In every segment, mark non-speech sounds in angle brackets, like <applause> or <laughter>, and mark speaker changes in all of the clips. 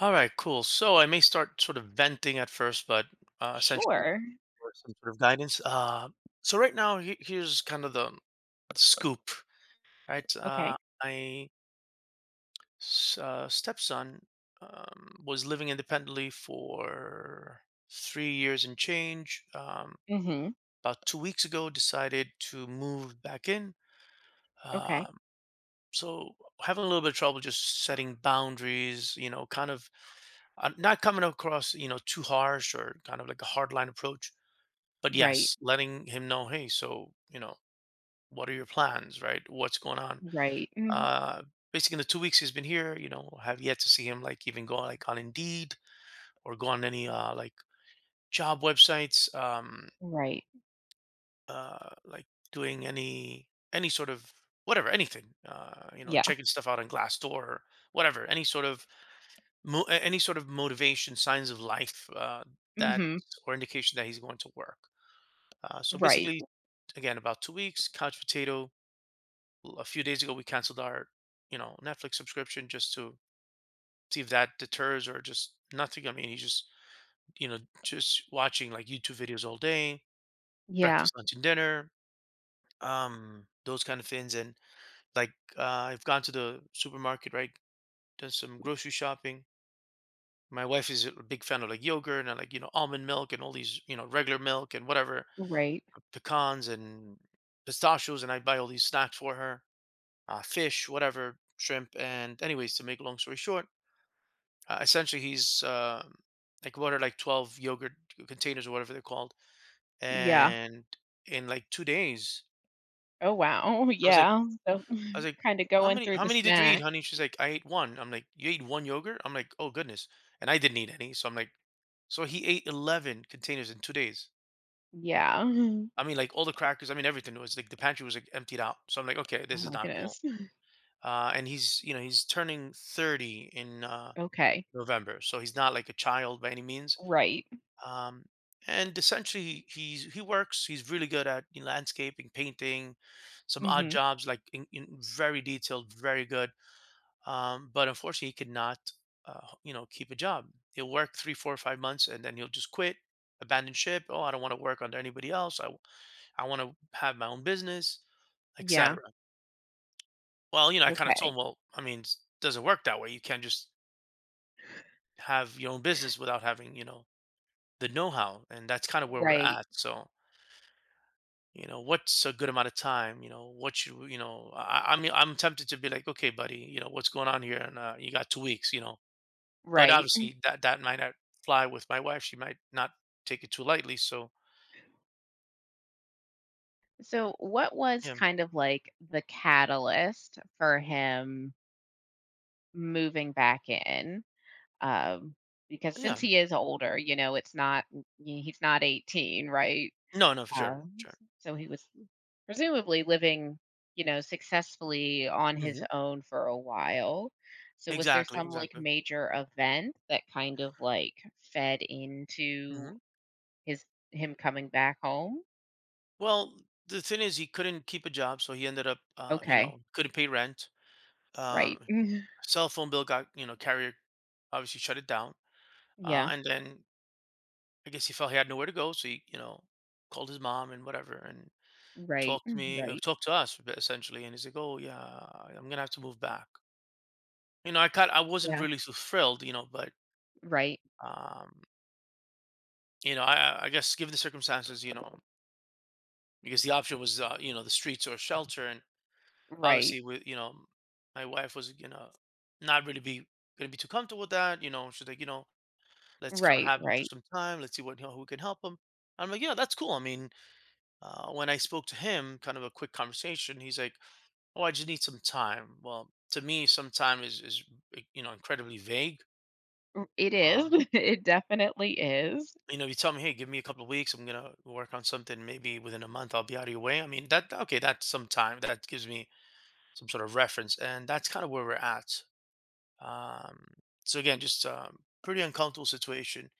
Speaker 1: All right, cool. So I may start sort of venting at first, but essentially
Speaker 2: Sure.
Speaker 1: for some sort of guidance. So right now, here's kind of the scoop, right?
Speaker 2: Okay.
Speaker 1: My stepson was living independently for 3 years and change.
Speaker 2: Mhm.
Speaker 1: About 2 weeks ago, decided to move back in.
Speaker 2: Okay.
Speaker 1: Um so having a little bit of trouble just setting boundaries, you know, kind of not coming across, you know, too harsh or kind of like a hard line approach, but
Speaker 2: Right.
Speaker 1: yes, letting him know, hey, so, you know, what are your plans, right? What's going on?
Speaker 2: Right. Mhm.
Speaker 1: uh basically in the 2 weeks he's been here, you know, have yet to see him, like, even go, like, on Indeed or go on any like job websites.
Speaker 2: Right.
Speaker 1: Like doing any sort of whatever, anything, you know,
Speaker 2: Yeah.
Speaker 1: checking stuff out on Glassdoor, whatever, any sort of any sort of motivation, signs of life, that
Speaker 2: Mhm.
Speaker 1: or indication that he's going to work. So
Speaker 2: Right.
Speaker 1: basically, again, about 2 weeks, couch potato. A few days ago, we canceled our, you know, Netflix subscription just to see if that deters, or just nothing. I mean, he's just, you know, just watching, like, YouTube videos all day,
Speaker 2: Yeah.
Speaker 1: breakfast, lunch, and dinner, those kind of things. And like, I've gone to the supermarket, right? Done some grocery shopping. My wife is a big fan of, like, yogurt and, like, you know, almond milk and all these, you know, regular milk and whatever,
Speaker 2: Right.
Speaker 1: pecans and pistachios. And I buy all these snacks for her, fish, whatever, shrimp. And anyways, to make a long story short, essentially he's like, what are, like, 12 yogurt containers or whatever they're called.
Speaker 2: Yeah.
Speaker 1: And in like 2 days,
Speaker 2: Oh, wow. <laughs>
Speaker 1: I was like,
Speaker 2: Yeah. So
Speaker 1: I
Speaker 2: <laughs>
Speaker 1: was like,
Speaker 2: kinda going through
Speaker 1: how
Speaker 2: the
Speaker 1: many did you eat,
Speaker 2: snack.
Speaker 1: honey? She's like, I ate one. I'm like, you ate one yogurt? I'm like, oh goodness. And I didn't eat any. So I'm like, so he ate 11 containers in 2 days.
Speaker 2: Yeah. Mhm.
Speaker 1: I mean, like, all the crackers, I mean, everything was like the pantry was like emptied out. So I'm like, okay,
Speaker 2: Oh
Speaker 1: this is
Speaker 2: my
Speaker 1: not cool.
Speaker 2: goodness. <laughs>
Speaker 1: And he's, you know, he's turning 30 in
Speaker 2: Okay.
Speaker 1: November. So he's not like a child by any means.
Speaker 2: Right.
Speaker 1: Um, and essentially, he works. He's really good at, you know, landscaping, painting, some odd
Speaker 2: Mhm.
Speaker 1: jobs, like in very detailed, very good. But unfortunately, he could not, you know, keep a job. He'll work three, four, 5 months, and then he'll just quit, abandon ship. Oh, I don't want to work under anybody else. I want to have my own business,
Speaker 2: Yeah.
Speaker 1: etc. Well, you know, I kind of told
Speaker 2: Okay.
Speaker 1: him, well, I mean, it doesn't work that way. You can't just have your own business without having, you know, the know-how, and that's kind of where we're
Speaker 2: Right.
Speaker 1: at. So, you know, what's a good amount of time? You know, what you know? I mean, I'm tempted to be like, okay, buddy, you know, what's going on here? And you got 2 weeks, you know. But
Speaker 2: Right. Mm-hmm.
Speaker 1: obviously, that might not fly with my wife. She might not take it too lightly. So,
Speaker 2: So what was
Speaker 1: yeah.
Speaker 2: kind of like the catalyst for him moving back in? Um, because since
Speaker 1: Yeah,
Speaker 2: he is older, you know, it's not he's not 18, right?
Speaker 1: no, no, for sure,
Speaker 2: Um,
Speaker 1: sure.
Speaker 2: so he was presumably living, you know, successfully on his
Speaker 1: hmm
Speaker 2: own for a while. So was there
Speaker 1: exactly,
Speaker 2: some like
Speaker 1: exactly.
Speaker 2: major event that kind of like fed into
Speaker 1: hmm
Speaker 2: his him coming back home?
Speaker 1: Well, the thing is, he couldn't keep a job, so he ended up, you
Speaker 2: Okay.
Speaker 1: know, couldn't pay rent. Uh,
Speaker 2: Right. <laughs>
Speaker 1: cell phone bill got, you know, carrier obviously shut it down.
Speaker 2: Yeah.
Speaker 1: And then I guess he felt he had nowhere to go, so he, you know, called his mom and whatever, and
Speaker 2: Right.
Speaker 1: talked to me,
Speaker 2: Right.
Speaker 1: talked to essentially. And he's like, "Oh yeah, I'm gonna have to move back." You know, I wasn't
Speaker 2: Yeah.
Speaker 1: really so thrilled, you know, but
Speaker 2: Right.
Speaker 1: um, you know, I guess given the circumstances, you know, because the option was, you know, the streets or shelter. And.
Speaker 2: Right.
Speaker 1: Obviously, with, you know, my wife was gonna not really be gonna be too comfortable with that. You know, she's like, you know, let's kind of
Speaker 2: Right.
Speaker 1: have him for
Speaker 2: Right.
Speaker 1: some time. Let's see what, you know, who can help him. I'm like, yeah, that's cool. I mean, when I spoke to him, kind of a quick conversation, he's like, oh, I just need some time. Well, to me, some time is you know, incredibly vague.
Speaker 2: It
Speaker 1: Um,
Speaker 2: is. <laughs> It definitely is.
Speaker 1: you know, you tell me, hey, give me a couple of weeks. I'm gonna work on something. Maybe within a month, I'll be out of your way. I mean, that, okay, that's some time. That gives me some sort of reference, and that's kind of where we're at. Um, so again, just pretty uncomfortable situation.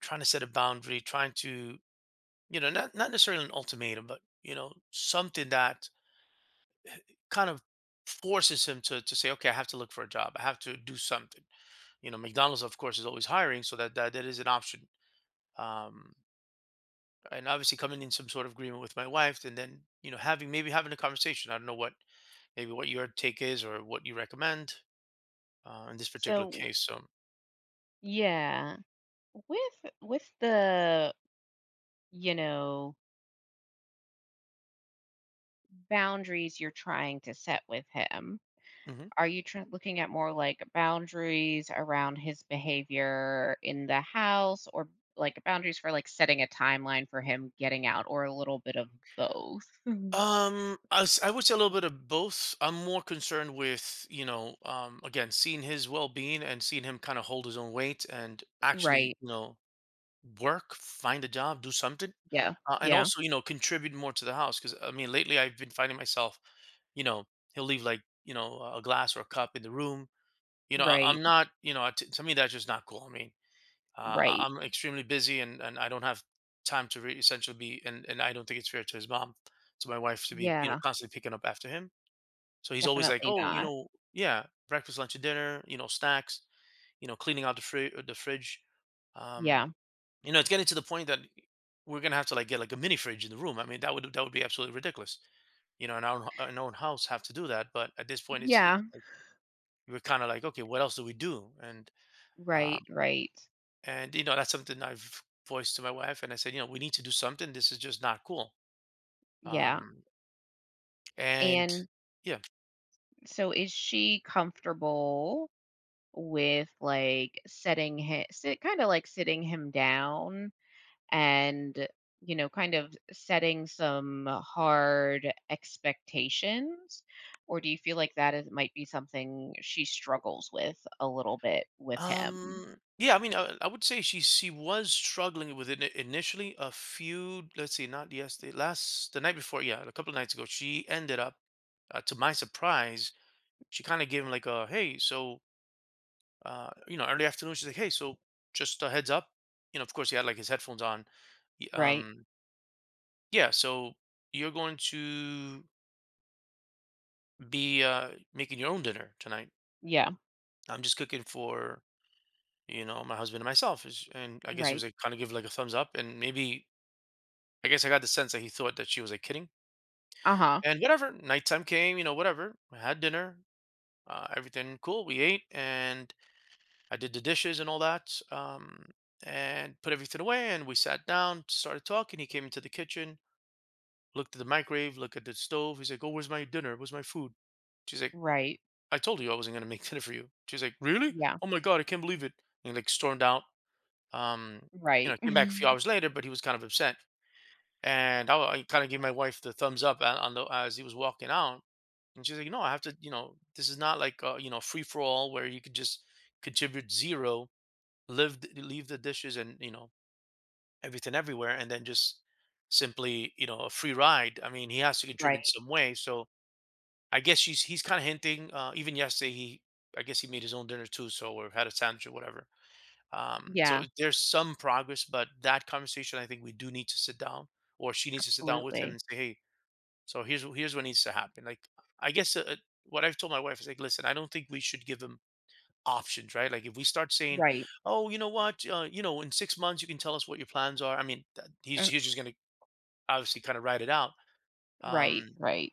Speaker 1: Trying to set a boundary, trying to, you know, not necessarily an ultimatum, but, you know, something that kind of forces him to say, okay, I have to look for a job. I have to do something. You know, McDonald's of course is always hiring, so that is an option. Um, and obviously coming in some sort of agreement with my wife, and then, you know, having, maybe having a conversation. I don't know what, maybe what your take is or what you recommend in this particular
Speaker 2: So
Speaker 1: case. So.
Speaker 2: yeah, with the you know, boundaries you're trying to set with him,
Speaker 1: Mhm.
Speaker 2: are you looking at more like boundaries around his behavior in the house, or like boundaries for like setting a timeline for him getting out, or a little bit of both? Mhm.
Speaker 1: I would say a little bit of both. I'm more concerned with, you know, again, seeing his well-being and seeing him kind of hold his own weight and actually,
Speaker 2: Right.
Speaker 1: you know, work, find a job, do something,
Speaker 2: Yeah.
Speaker 1: and
Speaker 2: Yeah.
Speaker 1: also, you know, contribute more to the house. Because I mean, lately I've been finding myself, you know, he'll leave, like, you know, a glass or a cup in the room. You know, I,
Speaker 2: Right.
Speaker 1: I'm not, you know, to me that's just not cool. I mean,
Speaker 2: Right.
Speaker 1: I'm extremely busy, and I don't have time to essentially be, and I don't think it's fair to his mom, to my wife, to be, you know,
Speaker 2: Yeah.
Speaker 1: constantly picking up after him. So he's always like,
Speaker 2: Definitely
Speaker 1: oh, you
Speaker 2: not.
Speaker 1: know, yeah, breakfast, lunch, and dinner, you know, snacks, you know, cleaning out the the fridge. Um,
Speaker 2: Yeah.
Speaker 1: you know, it's getting to the point that we're gonna have to, like, get like a mini fridge in the room. I mean, that would be absolutely ridiculous. You know, in our own house have to do that. But at this point,
Speaker 2: Yeah.
Speaker 1: it's like, we're kind of like, okay, what else do we do? And
Speaker 2: Right.
Speaker 1: um,
Speaker 2: Right.
Speaker 1: and, you know, that's something I've voiced to my wife, and I said, you know, we need to do something. This is just not cool.
Speaker 2: Yeah.
Speaker 1: Um, and
Speaker 2: And
Speaker 1: yeah.
Speaker 2: So is she comfortable with like kind of like sitting him down and, you know, kind of setting some hard expectations, or do you feel like that is might be something she struggles with a little bit with him?
Speaker 1: Yeah, I mean, I would say she was struggling with it initially. A few, let's see, not yesterday, last, the night before, yeah, a couple of nights ago, she ended up, to my surprise, she kind of gave him, like, a hey, so you know, early afternoon, she's like, hey, so just a heads up, you know, of course, he had like his headphones on. y-
Speaker 2: Right.
Speaker 1: Um, yeah, so you're going to be making your own dinner tonight.
Speaker 2: Yeah.
Speaker 1: I'm just cooking for, you know, my husband and myself. And I guess he was
Speaker 2: Right.
Speaker 1: like, kind of give like a thumbs up. And maybe, I guess I got the sense that he thought that she was like kidding.
Speaker 2: Uh-huh.
Speaker 1: And whatever, nighttime came, you know, whatever. I had dinner, everything cool. We ate, and I did the dishes and all that, and put everything away. And we sat down, started talking. He came into the kitchen, looked at the microwave, looked at the stove. He's like, oh, where's my dinner? Where's my food? She's like,
Speaker 2: Right.
Speaker 1: I told you I wasn't going to <laughs> make dinner for you. She's like, really?
Speaker 2: Yeah.
Speaker 1: Oh my God, I can't believe it. And he like stormed out. Um, you
Speaker 2: Right.
Speaker 1: know, came back a
Speaker 2: <laughs>
Speaker 1: few hours later, but he was kind of upset. And I kind of gave my wife the thumbs up on the, as he was walking out, and she's like, "No, I have to. You know, this is not like, you know, free for all where you could just contribute zero, live, leave the dishes and, you know, everything everywhere, and then just simply, you know, a free ride. I mean, he has to contribute
Speaker 2: Right.
Speaker 1: some way." So I guess she's he's kind of hinting. Even yesterday, he I guess he made his own dinner too, so, or had a sandwich or whatever, so
Speaker 2: Yeah.
Speaker 1: there's some progress, but that conversation, I think we do need to sit down, or she needs to sit down with him
Speaker 2: Absolutely.
Speaker 1: and say, "Hey, so here's what needs to happen." Like, I guess what I've told my wife is like, "Listen, I don't think we should give him options, right? Like, if we start saying,
Speaker 2: Right.
Speaker 1: oh, you know what, you know, in 6 months you can tell us what your plans are." I mean, that,
Speaker 2: uh,
Speaker 1: he's just gonna obviously kind of write it out,
Speaker 2: right.
Speaker 1: um,
Speaker 2: Right.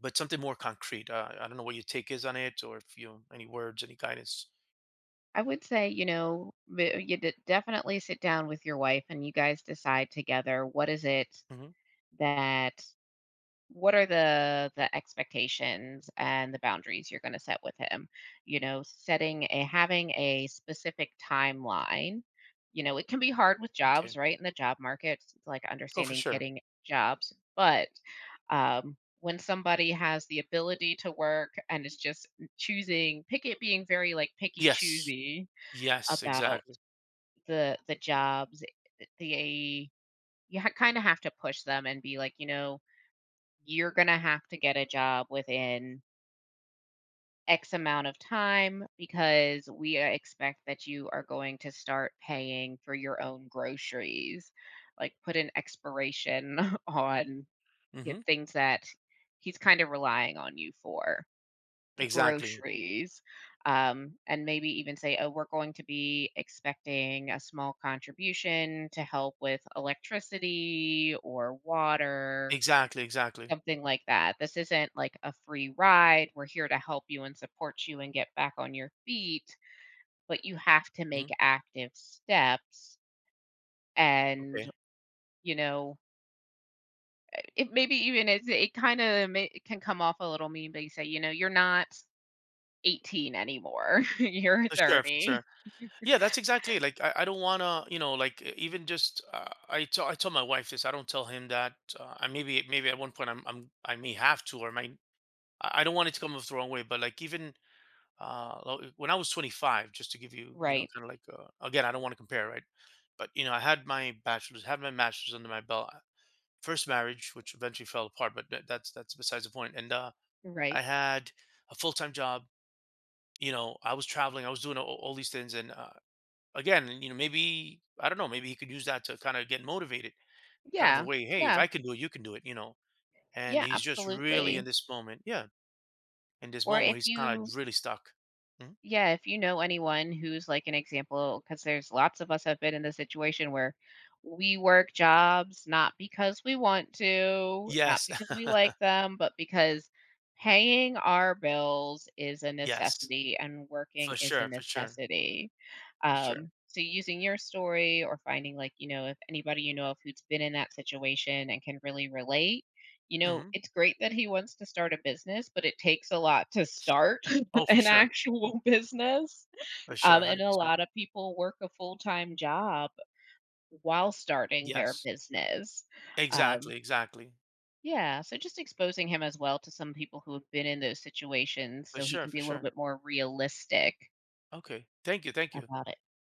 Speaker 1: but something more concrete. I don't know what your take is on it, or if you any words, any guidance.
Speaker 2: I would say, you know, definitely sit down with your wife and you guys decide together what is it
Speaker 1: hmm
Speaker 2: that what are the expectations and the boundaries you're going to set with him. You know, setting a having a specific timeline. You know, it can be hard with
Speaker 1: Okay.
Speaker 2: jobs, right? In the job market, it's like
Speaker 1: Oh, for
Speaker 2: understanding
Speaker 1: sure.
Speaker 2: getting jobs, but um, when somebody has the ability to work and is just choosing pick it being very like picky
Speaker 1: Yes.
Speaker 2: choosy
Speaker 1: Yes.
Speaker 2: about
Speaker 1: Exactly.
Speaker 2: the jobs, the you ha kinda have to push them and be like, you know, "You're gonna have to get a job within X amount of time because we expect that you are going to start paying for your own groceries." Like, put an expiration <laughs> on, you know,
Speaker 1: hmm
Speaker 2: things that he's kind of relying on you for.
Speaker 1: Exactly.
Speaker 2: Groceries, and maybe even say, "Oh, we're going to be expecting a small contribution to help with electricity or water."
Speaker 1: Exactly, exactly.
Speaker 2: Something like that. This isn't like a free ride. We're here to help you and support you and get back on your feet, but you have to make
Speaker 1: Mhm.
Speaker 2: active steps. And,
Speaker 1: Okay.
Speaker 2: you know, it maybe even is it kind of can come off a little mean, but you say, you know, you're not 18 anymore. <laughs> You're
Speaker 1: For sure, for
Speaker 2: 30.
Speaker 1: sure. Yeah, that's exactly it. Like, I don't wanna, you know, like, e even just, I tell my wife this, I don't tell him that, I maybe at one point I may have to, or might. I don't want it to come off the wrong way, but, like, even, lo when I was 25, just to give you, you know,
Speaker 2: Right.
Speaker 1: kinda like, again, I don't wanna compare, right? But, you know, I had my bachelor's, had my master's under my belt, first marriage, which eventually fell apart, but that's that's besides the point. And
Speaker 2: Right.
Speaker 1: I had a full-time job, you know, I was traveling, I was doing all these things, and again, you know, maybe I don't know, maybe he could use that to kind of get motivated, kind of a
Speaker 2: Yeah.
Speaker 1: way. Hey, if
Speaker 2: Yeah.
Speaker 1: I can do it, you can do it, you know. And
Speaker 2: Yeah,
Speaker 1: he's just really in
Speaker 2: absolutely.
Speaker 1: this moment, yeah,
Speaker 2: Or if
Speaker 1: he's kind
Speaker 2: you
Speaker 1: of really stuck. Mhm.
Speaker 2: Yeah, if you know anyone who's like an example, because there's lots of us have been in the situation where we work jobs not because we want to, not
Speaker 1: Yes,
Speaker 2: because we like
Speaker 1: <laughs>
Speaker 2: them, but because paying our bills is a
Speaker 1: yes,
Speaker 2: necessity and
Speaker 1: for
Speaker 2: working is a
Speaker 1: sure, for sure,
Speaker 2: necessity.
Speaker 1: for sure.
Speaker 2: So using your story or finding, like, you know, if anybody you know of who's been in that situation and can really relate, you know,
Speaker 1: hmm
Speaker 2: it's great that he wants to start a business, but it takes a lot to start
Speaker 1: Oh,
Speaker 2: an actual <laughs> business.
Speaker 1: for sure, one
Speaker 2: And
Speaker 1: hundred
Speaker 2: a
Speaker 1: percent.
Speaker 2: lot of people work a full-time job while starting their
Speaker 1: Yes,
Speaker 2: business. Um,
Speaker 1: exactly, exactly,
Speaker 2: yeah, so just exposing him as well to some people who have been in those situations
Speaker 1: for
Speaker 2: so he
Speaker 1: sure,
Speaker 2: can be
Speaker 1: for
Speaker 2: a little
Speaker 1: sure.
Speaker 2: bit more realistic
Speaker 1: Okay, thank you, thank you.
Speaker 2: about it.